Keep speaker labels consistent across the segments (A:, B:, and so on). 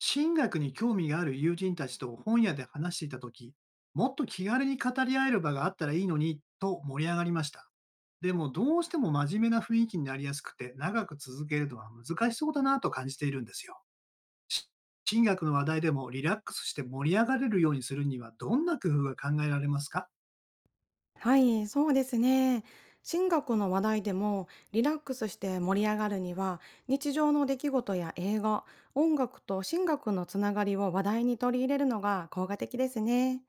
A: 神学に興味がある友人たちと本屋で話していたとき、もっと気軽に語り合える場があったらいいのにと盛り上がりました。でもどうしても真面目な雰囲気になりやすくて長く続けるのは難しそうだなと感じているんですよ。し神学の話題でもリラックスして盛り上がれるようにするにはどんな工夫が考えられますか？
B: はい、そうですね。進学の話題でもリラックスして盛り上がるには日常の出来事や映画、音楽と進学のつながりを話題に取り入れるのが効果的ですね。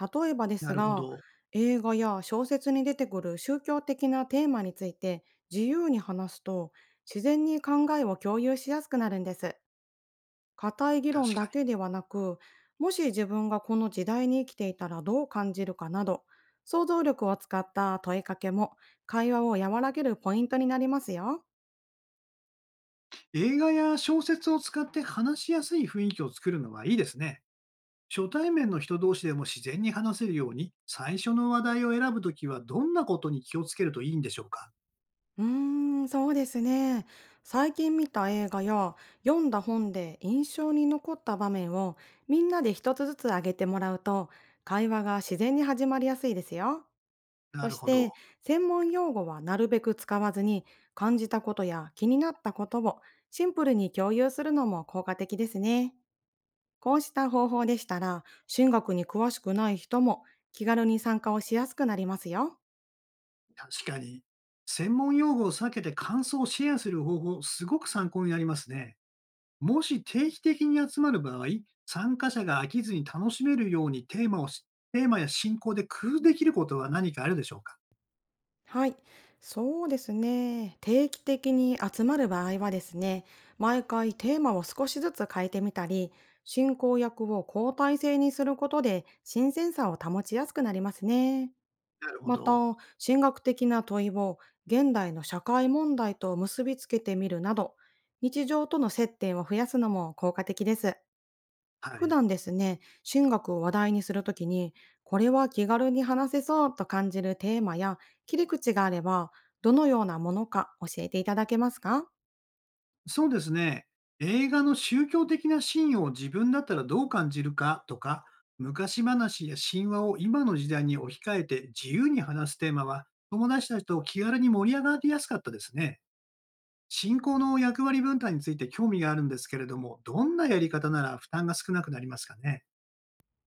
B: 例えばで
A: な
B: す
A: るほ
B: が、
A: ど。
B: 映画や小説に出てくる宗教的なテーマについて自由に話すと自然に考えを共有しやすくなるんです。固い議論
A: 確か
B: だ
A: に。
B: けではなく、もし自分がこの時代に生きていたらどう感じるかなど、想像力を使った問いかけも会話を和らげるポイントになりますよ。
A: 映画や小説を使って話しやすい雰囲気を作るのはいいですね。初対面の人同士でも自然に話せるように、最初の話題を選ぶときはどんなことに気をつけるといいんでしょうか？
B: うーそうですね。最近見た映画や読んだ本で印象に残った場面をみんなで一つずつ挙げてもらうと会話が自然に始まりやすいですよ。
A: な
B: そ
A: る
B: し
A: ほ
B: て、
A: ど。
B: 専門用語はなるべく使わずに、感じたことや気になったことをシンプルに共有するのも効果的ですね。こうした方法でしたら、進学に詳しくない人も気軽に参加をしやすくなりますよ。
A: 確かに。専門用語を避けて感想をシェアする方法、すごく参考になりますね。もし定期的に集まる場合、参加者が飽きずに楽しめるようにテーマや進行で工夫できることは何かあるでしょうか？
B: はい、そうですね。定期的に集まる場合はですね、毎回テーマを少しずつ変えてみたり、進行役を交代制にすることで新鮮さを保ちやすくなりますね。
A: なるほ
B: また、
A: ど。
B: 神学的な問いを現代の社会問題と結びつけてみるなど、日常との接点を増やすのも効果的です。
A: は
B: 普
A: い。
B: 段ですね、神学を話題にするときに、これは気軽に話せそうと感じるテーマや切り口があれば、どのようなものか教えていただけますか？
A: そうですね。映画の宗教的なシーンを自分だったらどう感じるかとか、昔話や神話を今の時代に置き換えて自由に話すテーマは、友達たちと気軽に盛り上がりやすかったですね。信仰の役割分担について興味があるんですけれども、どんなやり方なら負担が少なくなりますかね。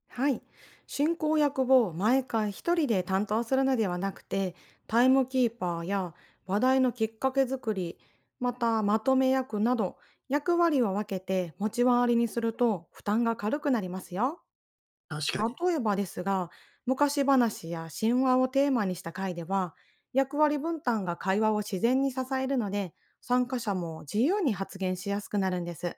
B: はい。進行役を毎回一人で担当するのではなくて、タイムキーパーや話題のきっかけ作り、またまとめ役など、役割を分けて持ち回りにすると負担が軽くなりますよ。
A: 確かに。
B: 例えばですが、昔話や神話をテーマにした回では、役割分担が会話を自然に支えるので、参加者も自由に発言しやすくなるんです。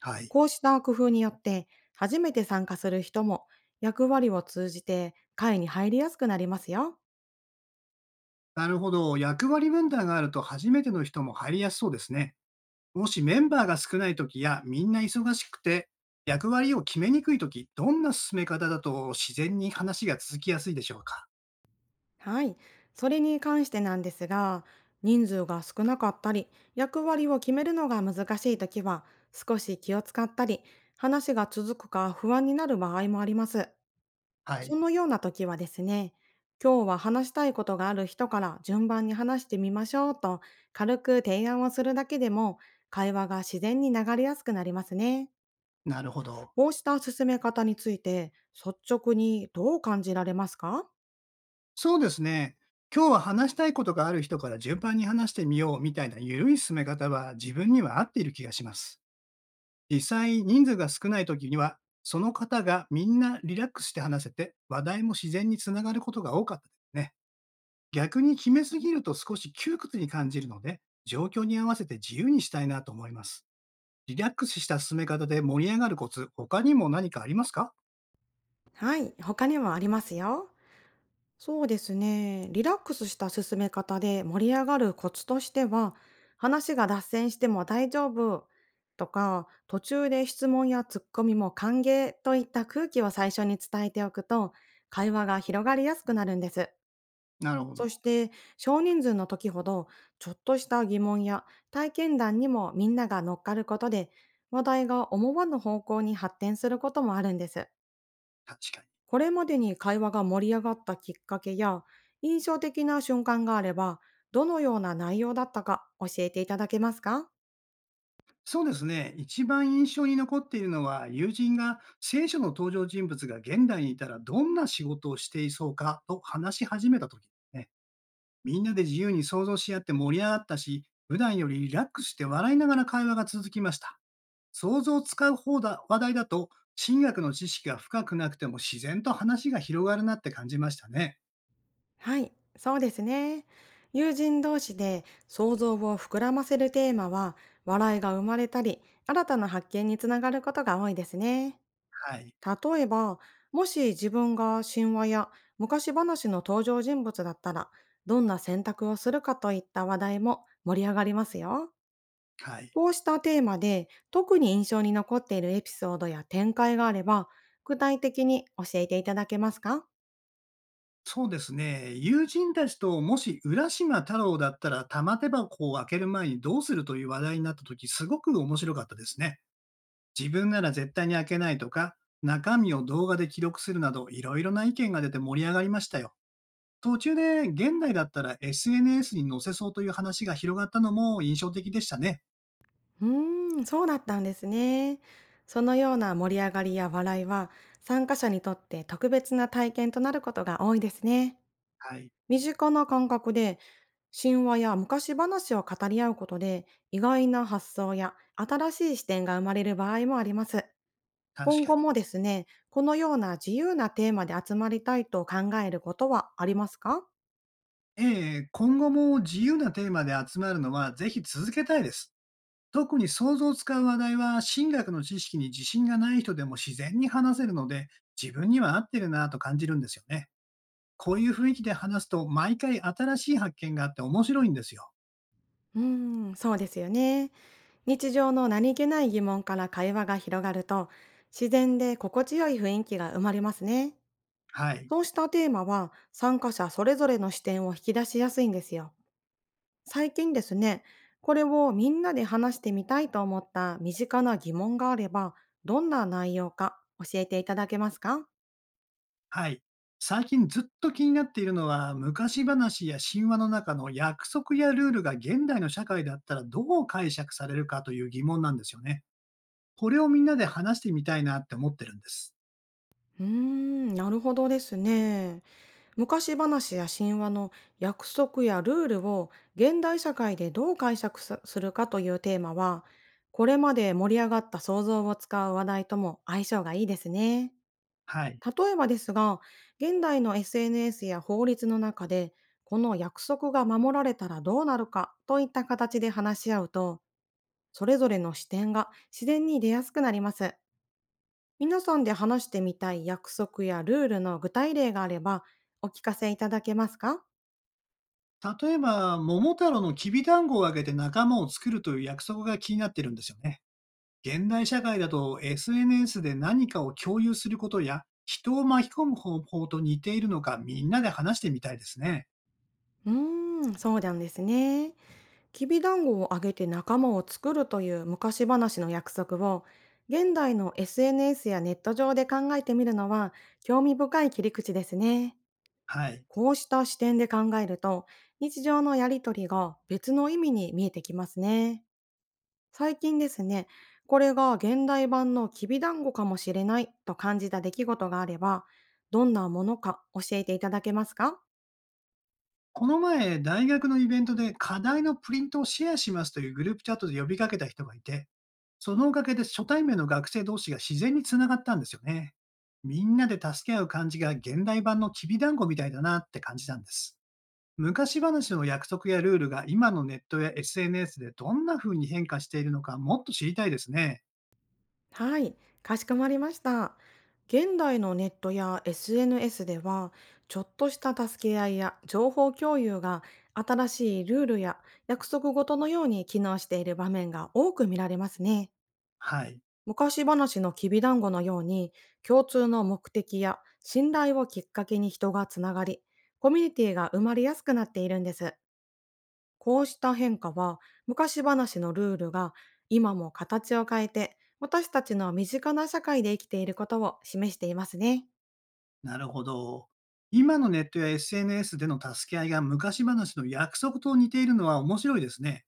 A: はい。
B: こうした工夫によって、初めて参加する人も役割を通じて会に入りやすくなりますよ。
A: なるほど。役割分担があると初めての人も入りやすそうですね。もしメンバーが少ない時やみんな忙しくて役割を決めにくい時、どんな進め方だと自然に話が続きやすいでしょうか？
B: はい。それに関してなんですが、人数が少なかったり、役割を決めるのが難しいときは、少し気を使ったり、話が続くか不安になる場合もあります。
A: は
B: そ
A: い、
B: のような時はですね、今日は話したいことがある人から順番に話してみましょうと軽く提案をするだけでも会話が自然に流れやすくなりますね。
A: なるほど。
B: こうした進め方について率直にどう感じられますか？
A: そうですね。今日は話したいことがある人から順番に話してみようみたいな緩い進め方は自分には合っている気がします。実際人数が少ない時には、その方がみんなリラックスして話せて、話題も自然につながることが多かったですね。逆に決めすぎると少し窮屈に感じるので、状況に合わせて自由にしたいなと思います。リラックスした進め方で盛り上がるコツ、他にも何かありますか？
B: はい、他にもありますよ。そうですね。リラックスした進め方で盛り上がるコツとしては、話が脱線しても大丈夫とか、途中で質問やツッコミも歓迎といった空気を最初に伝えておくと、会話が広がりやすくなるんです。
A: なるほ
B: そ
A: ど。
B: して、少人数の時ほど、ちょっとした疑問や体験談にもみんなが乗っかることで、話題が思わぬ方向に発展することもあるんです。
A: 確かに。
B: これまでに会話が盛り上がったきっかけや、印象的な瞬間があれば、どのような内容だったか教えていただけますか？
A: そうですね。一番印象に残っているのは、友人が聖書の登場人物が現代にいたらどんな仕事をしていそうかと話し始めた時ね。みんなで自由に想像し合って盛り上がったし、普段よりリラックスして笑いながら会話が続きました。想像を使う方だ話題だと、新薬の知識が深くなくても自然と話が広がるなって感じましたね。
B: はい、そうですね。友人同士で想像を膨らませるテーマは、笑いが生まれたり、新たな発見につながることが多いですね。
A: はい。
B: 例えば、もし自分が神話や昔話の登場人物だったら、どんな選択をするかといった話題も盛り上がりますよ。
A: はい。
B: こうしたテーマで特に印象に残っているエピソードや展開があれば、具体的に教えていただけますか？
A: そうですね。友人たちともし浦島太郎だったら玉手箱を開ける前にどうするという話題になった時、すごく面白かったですね。自分なら絶対に開けないとか、中身を動画で記録するなど、いろいろな意見が出て盛り上がりましたよ。途中で現代だったら SNS に載せそうという話が広がったのも印象的でしたね。
B: そうだったんですね。そのような盛り上がりや笑いは参加者にとって特別な体験となることが多いですね。
A: はい。
B: 身近な感覚で神話や昔話を語り合うことで意外な発想や新しい視点が生まれる場合もあります。
A: 確
B: 今
A: か
B: 後
A: に。
B: もですね、このような自由なテーマで集まりたいと考えることはありますか？
A: ええ、今後も自由なテーマで集まるのはぜひ続けたいです。特に想像を使う話題は神学の知識に自信がない人でも自然に話せるので、自分には合ってるなぁと感じるんですよね。こういう雰囲気で話すと毎回新しい発見があって面白いんですよ。
B: うーそうですよね。日常の何気ない疑問から会話が広がると、自然で心地よい雰囲気が生まれますね。
A: はい。
B: そうしたテーマは参加者それぞれの視点を引き出しやすいんですよ。最近ですね、これをみんなで話してみたいと思った身近な疑問があれば、どんな内容か教えていただけますか？
A: はい。最近ずっと気になっているのは、昔話や神話の中の約束やルールが現代の社会だったらどう解釈されるかという疑問なんですよね。これをみんなで話してみたいなって思ってるんです。
B: なるほどですね。昔話や神話の約束やルールを現代社会でどう解釈すするかというテーマは、これまで盛り上がった想像を使う話題とも相性がいいですね。
A: はい。
B: 例えばですが、現代の SNS や法律の中で、この約束が守られたらどうなるかといった形で話し合うと、それぞれの視点が自然に出やすくなります。皆さんで話してみたい約束やルールの具体例があれば、お聞かせいただけますか？
A: 例えば、桃太郎のきび団子をあげて仲間を作るという約束が気になってるんですよね。現代社会だと SNS で何かを共有することや人を巻き込む方法と似ているのか、みんなで話してみたいですね。
B: うーそうなんですね。きびだんごをあげて仲間を作るという昔話の約束を現代の SNS やネット上で考えてみるのは興味深い切り口ですね。
A: はい。
B: こうした視点で考えると日常のやりとりが別の意味に見えてきますね。最近ですね、これが現代版のきびだんごかもしれないと感じた出来事があればどんなものか教えていただけますか？
A: この前、大学のイベントで課題のプリントをシェアしますというグループチャットで呼びかけた人がいて、そのおかげで初対面の学生同士が自然につながったんですよね。みんなで助け合う感じが現代版のきび団子みたいだなって感じたんです。昔話の約束やルールが今のネットや SNS でどんな風に変化しているのか、もっと知りたいですね。
B: はい、かしこまりました。現代のネットや SNS では、ちょっとした助け合いや情報共有が新しいルールや約束事のように機能している場面が多く見られますね。
A: はい。
B: 昔話のきびだんごのように、共通の目的や信頼をきっかけに人がつながり、コミュニティが生まれやすくなっているんです。こうした変化は、昔話のルールが今も形を変えて、私たちの身近な社会で生きていることを示していますね。
A: なるほど。今のネットや SNS での助け合いが昔話の約束と似ているのは面白いですね。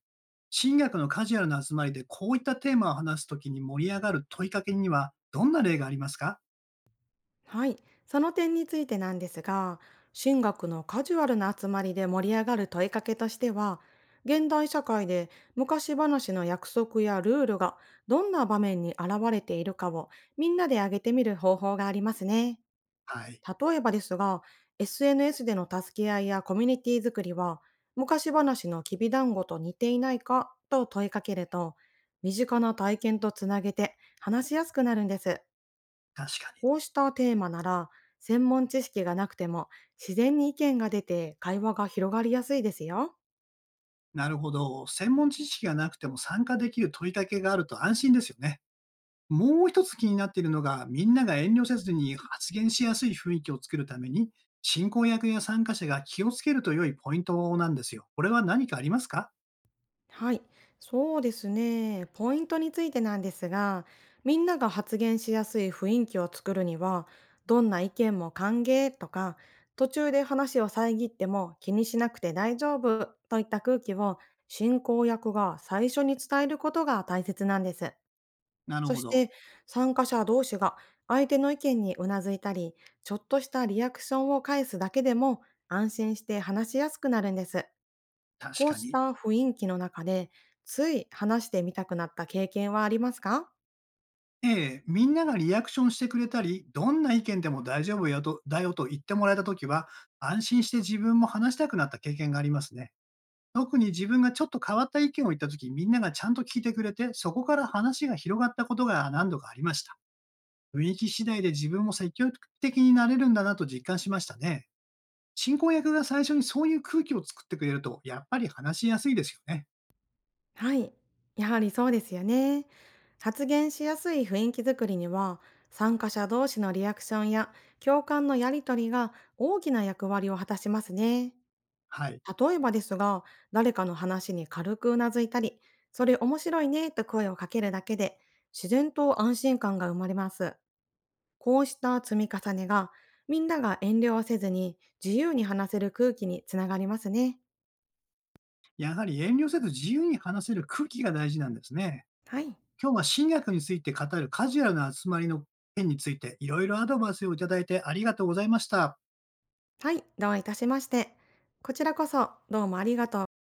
A: 新学のカジュアルな集まりでこういったテーマを話すときに盛り上がる問いかけにはどんな例がありますか？
B: はい。その点についてなんですが、神学のカジュアルな集まりで盛り上がる問いかけとしては、現代社会で昔話の約束やルールがどんな場面に現れているかをみんなで挙げてみる方法がありますね。
A: はい。
B: 例えばですが、SNS での助け合いやコミュニティ作りは、昔話のきびだんごと似ていないかと問いかけると、身近な体験とつなげて話しやすくなるんです。
A: 確かに。
B: こうしたテーマなら、専門知識がなくても自然に意見が出て会話が広がりやすいですよ。
A: なるほど。専門知識がなくても参加できる問いかけがあると安心ですよね。もう一つ気になっているのが、みんなが遠慮せずに発言しやすい雰囲気を作るために、進行役や参加者が気をつけると良いポイントなんですよ。これは何かありますか？
B: はい、そうですね。ポイントについてなんですが、みんなが発言しやすい雰囲気を作るには、どんな意見も歓迎とか、途中で話を遮っても気にしなくて大丈夫といった空気を進行役が最初に伝えることが大切なんです。
A: なる
B: そ
A: ほ
B: し
A: ど。
B: て参加者同士が相手の意見にうなずいたり、ちょっとしたリアクションを返すだけでも安心して話しやすくなるんです。
A: 確
B: こう
A: か
B: し
A: に。
B: た雰囲気の中で、つい話してみたくなった経験はありますか？
A: ええ、みんながリアクションしてくれたり、どんな意見でも大丈夫よとだよと言ってもらえたときは、安心して自分も話したくなった経験がありますね。特に自分がちょっと変わった意見を言ったとき、みんながちゃんと聞いてくれて、そこから話が広がったことが何度かありました。雰囲気次第で自分も積極的になれるんだなと実感しましたね。進行役が最初にそういう空気を作ってくれると、やっぱり話しやすいですよね。
B: はい。やはりそうですよね。発言しやすい雰囲気づくりには、参加者同士のリアクションや共感のやりとりが大きな役割を果たしますね。
A: はい。
B: 例えばですが、誰かの話に軽くうなずいたり、それ面白いねと声をかけるだけで、自然と安心感が生まれます。こうした積み重ねが、みんなが遠慮をせずに自由に話せる空気につながりますね。
A: やはり遠慮せず自由に話せる空気が大事なんですね。
B: はい。
A: 今日は進学について語るカジュアルな集まりの件について、いろいろアドバイスをいただいてありがとうございました。
B: はい、どういたしまして。こちらこそどうもありがとうございました。